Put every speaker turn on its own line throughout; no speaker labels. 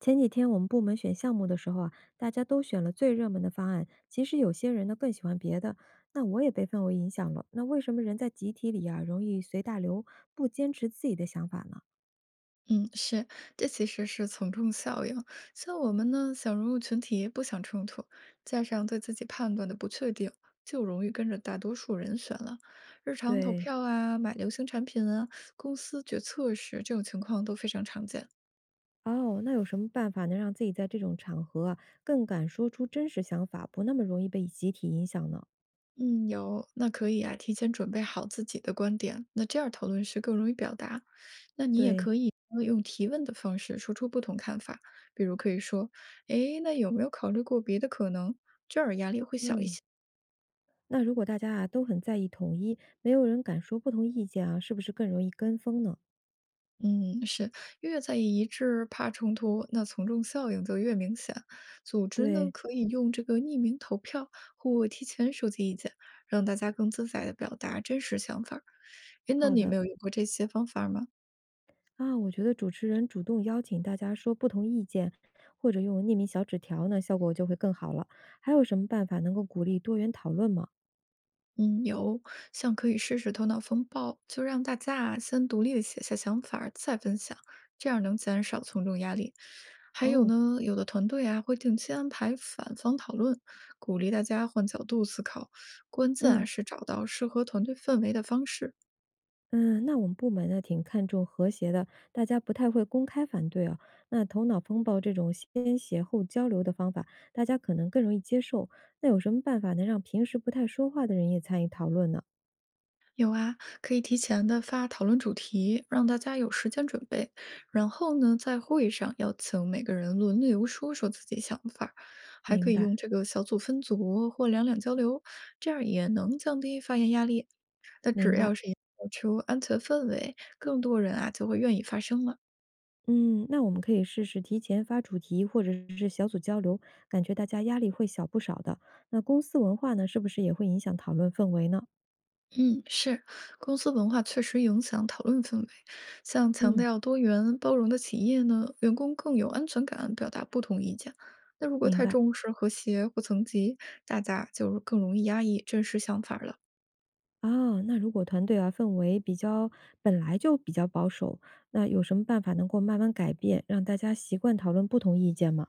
前几天我们部门选项目的时候啊，大家都选了最热门的方案。其实有些人呢更喜欢别的，那我也被氛围影响了。那为什么人在集体里啊容易随大流，不坚持自己的想法呢？
嗯，是，这其实是从众效应。像我们呢，想融入群体，不想冲突，加上对自己判断的不确定，就容易跟着大多数人选了。日常投
对。
票啊，买流行产品啊，公司决策时，这种情况都非常常见。
哦，那有什么办法能让自己在这种场合啊更敢说出真实想法，不那么容易被集体影响呢？
嗯，有，那可以啊，提前准备好自己的观点，那这样讨论时更容易表达。那你也
对。
可以用提问的方式说出不同看法，比如可以说，诶，那有没有考虑过别的可能？
嗯，那如果大家啊都很在意统一，没有人敢说不同意见啊，是不是更容易跟风呢？
嗯，是，越在意一致，怕冲突，那从众效应就越明显。组织呢，
对。
可以用这个匿名投票或提前收集意见，让大家更自在的表达真实想法儿。诶，那
好
你
的。
没有用过这些方法儿吗？
啊，我觉得主持人主动邀请大家说不同意见，或者用匿名小纸条呢，效果就会更好了。还有什么办法能够鼓励多元讨论吗？
嗯，有，像可以试试头脑风暴，就让大家啊先独立的写下想法儿再分享，这样能减少从众压力。还有
哦。
呢，有的团队啊会定期安排反方讨论，鼓励大家换角度思考。关键啊
嗯。
是找到适合团队氛围的方式。
嗯，那我们部门呢挺看重和谐的，大家不太会公开反对啊。那头脑风暴这种先协后交流的方法，大家可能更容易接受。那有什么办法能让平时不太说话的人也参与讨论呢？
有啊，可以提前的发讨论主题，让大家有时间准备。然后呢，在会议上邀请每个人轮流说说自己想法儿还
明
可以
白。
用这个小组分组或两两交流，这样也能降低发言压力。那
明
只
白。
要是营造出安全氛围，更多人啊就会愿意发声了。
嗯，那我们可以试试提前发主题或者是小组交流，感觉大家压力会小不少的。那公司文化呢，是不是也会影响讨论氛围呢？
嗯，是，公司文化确实影响讨论氛围。像强
嗯。
调多元包容的企业呢，员工更有安全感，表达不同意见。那如果
明
太
白。
重视和谐或层级，大家就更容易压抑真实想法了。
啊，那如果团队啊氛围比较本来就比较保守，那有什么办法能够慢慢改变，让大家习惯讨论不同意见吗？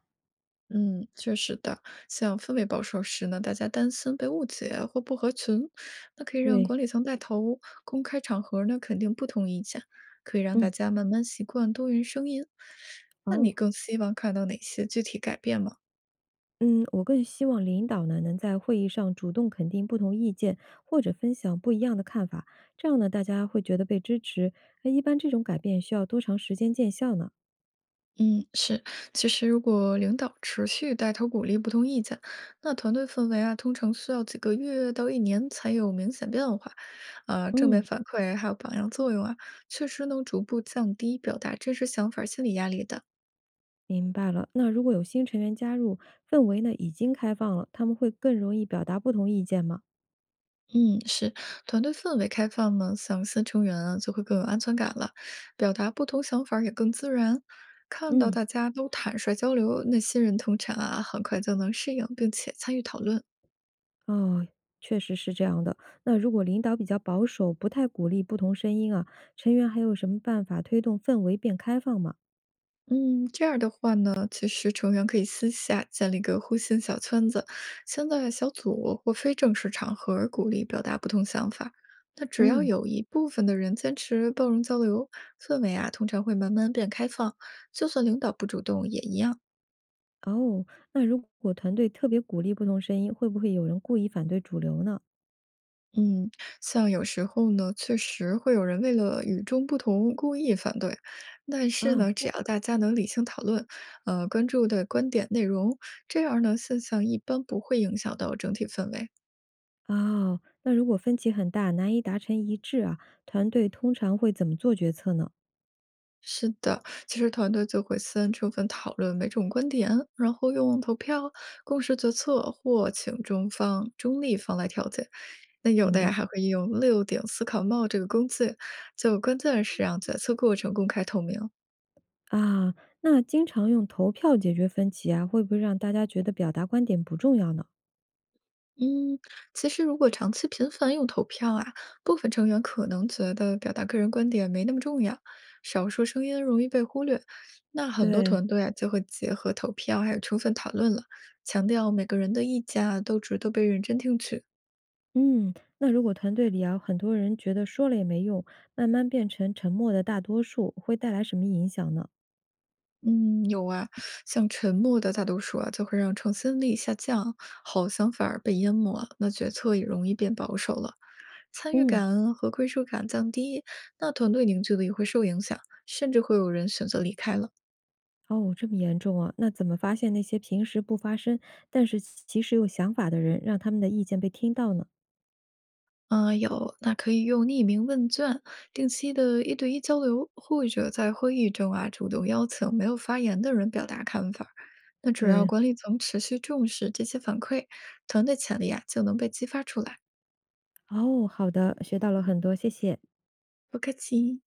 嗯，确实的。像氛围保守时呢，大家担心被误解或不合群，那可以让
对。
管理层带头，公开场合呢肯定不同意见，可以让大
嗯。
家慢慢习惯多元声音。那你
哦。
更希望看到哪些具体改变吗？
嗯，我更希望领导呢能在会议上主动肯定不同意见，或者分享不一样的看法，这样呢大家会觉得被支持。那一般这种改变需要多长时间见效呢？
嗯，是。其实，如果领导持续带头鼓励不同意见，那团队氛围啊，通常需要几个月到1年才有明显变化。正面
嗯。
反馈还有榜样作用啊，确实能逐步降低表达真实想法儿心理压力的。
明白了。那如果有新成员加入，氛围呢已经开放了，他们会更容易表达不同意见吗？
嗯，是。团队氛围开放呢，像新成员啊，就会更有安全感了，表达不同想法儿也更自然。看到
嗯。
大家都坦率交流，那新人通常啊，很快就能适应并且参与讨论。
哦。确实是这样的。那如果领导比较保守，不太鼓励不同声音啊，成员还有什么办法推动氛围变开放吗？
嗯，这样的话呢，其实成员可以私下建立个互信小圈子，先在小组或非正式场合儿鼓励表达不同想法。那只要
嗯。
有一部分的人坚持包容交流，氛围啊通常会慢慢变开放。就算领导不主动也一样。
哦，那如果团队特别鼓励不同声音，会不会有人故意反对主流呢？
嗯，像有时候呢，确实会有人为了与众不同故意反对，但
啊。
是呢，只要大家能理性讨论，关注的观点内容，这样呢，现象一般不会影响到整体氛围。
啊，那如果分歧很大，难以达成一致啊，团队通常会怎么做决策呢？
是的，其实团队就会先充分讨论每种观点，然后用投票、共识决策或请中方、中立方来调解。那有
明
的呀，
白。
还会用6顶思考帽这个工具，就关键是让决策过程公开透明。
啊，那经常用投票解决分歧啊，会不会让大家觉得表达观点不重要呢？
嗯，其实如果长期频繁用投票啊，部分成员可能觉得表达个人观点没那么重要，少数声音容易被忽略。那很多
对。
团队啊，就会结合投票还有充分讨论了，强调每个人的意见啊都值得被认真听取。
嗯，那如果团队里啊，很多人觉得说了也没用，慢慢变成沉默的大多数，会带来什么影响呢？
嗯，有啊，像沉默的大多数啊，就会让创新力下降，好想法儿被淹没了那决策也容易变保守了。参与
嗯。
感和归属感降低，那团队凝聚力会受影响，甚至会有人选择离开了。
哦，这么严重啊？那怎么发现那些平时不发声，但是其实有想法的人，让他们的意见被听到呢？
啊、有，那可以用匿名问卷、定期的1对1交流，或者在会议中啊主动邀请没有发言的人表达看法那只要
对。
管理层持续重视这些反馈，团队潜力啊就能被激发出来。
哦，好的，学到了很多，谢谢。
不客气。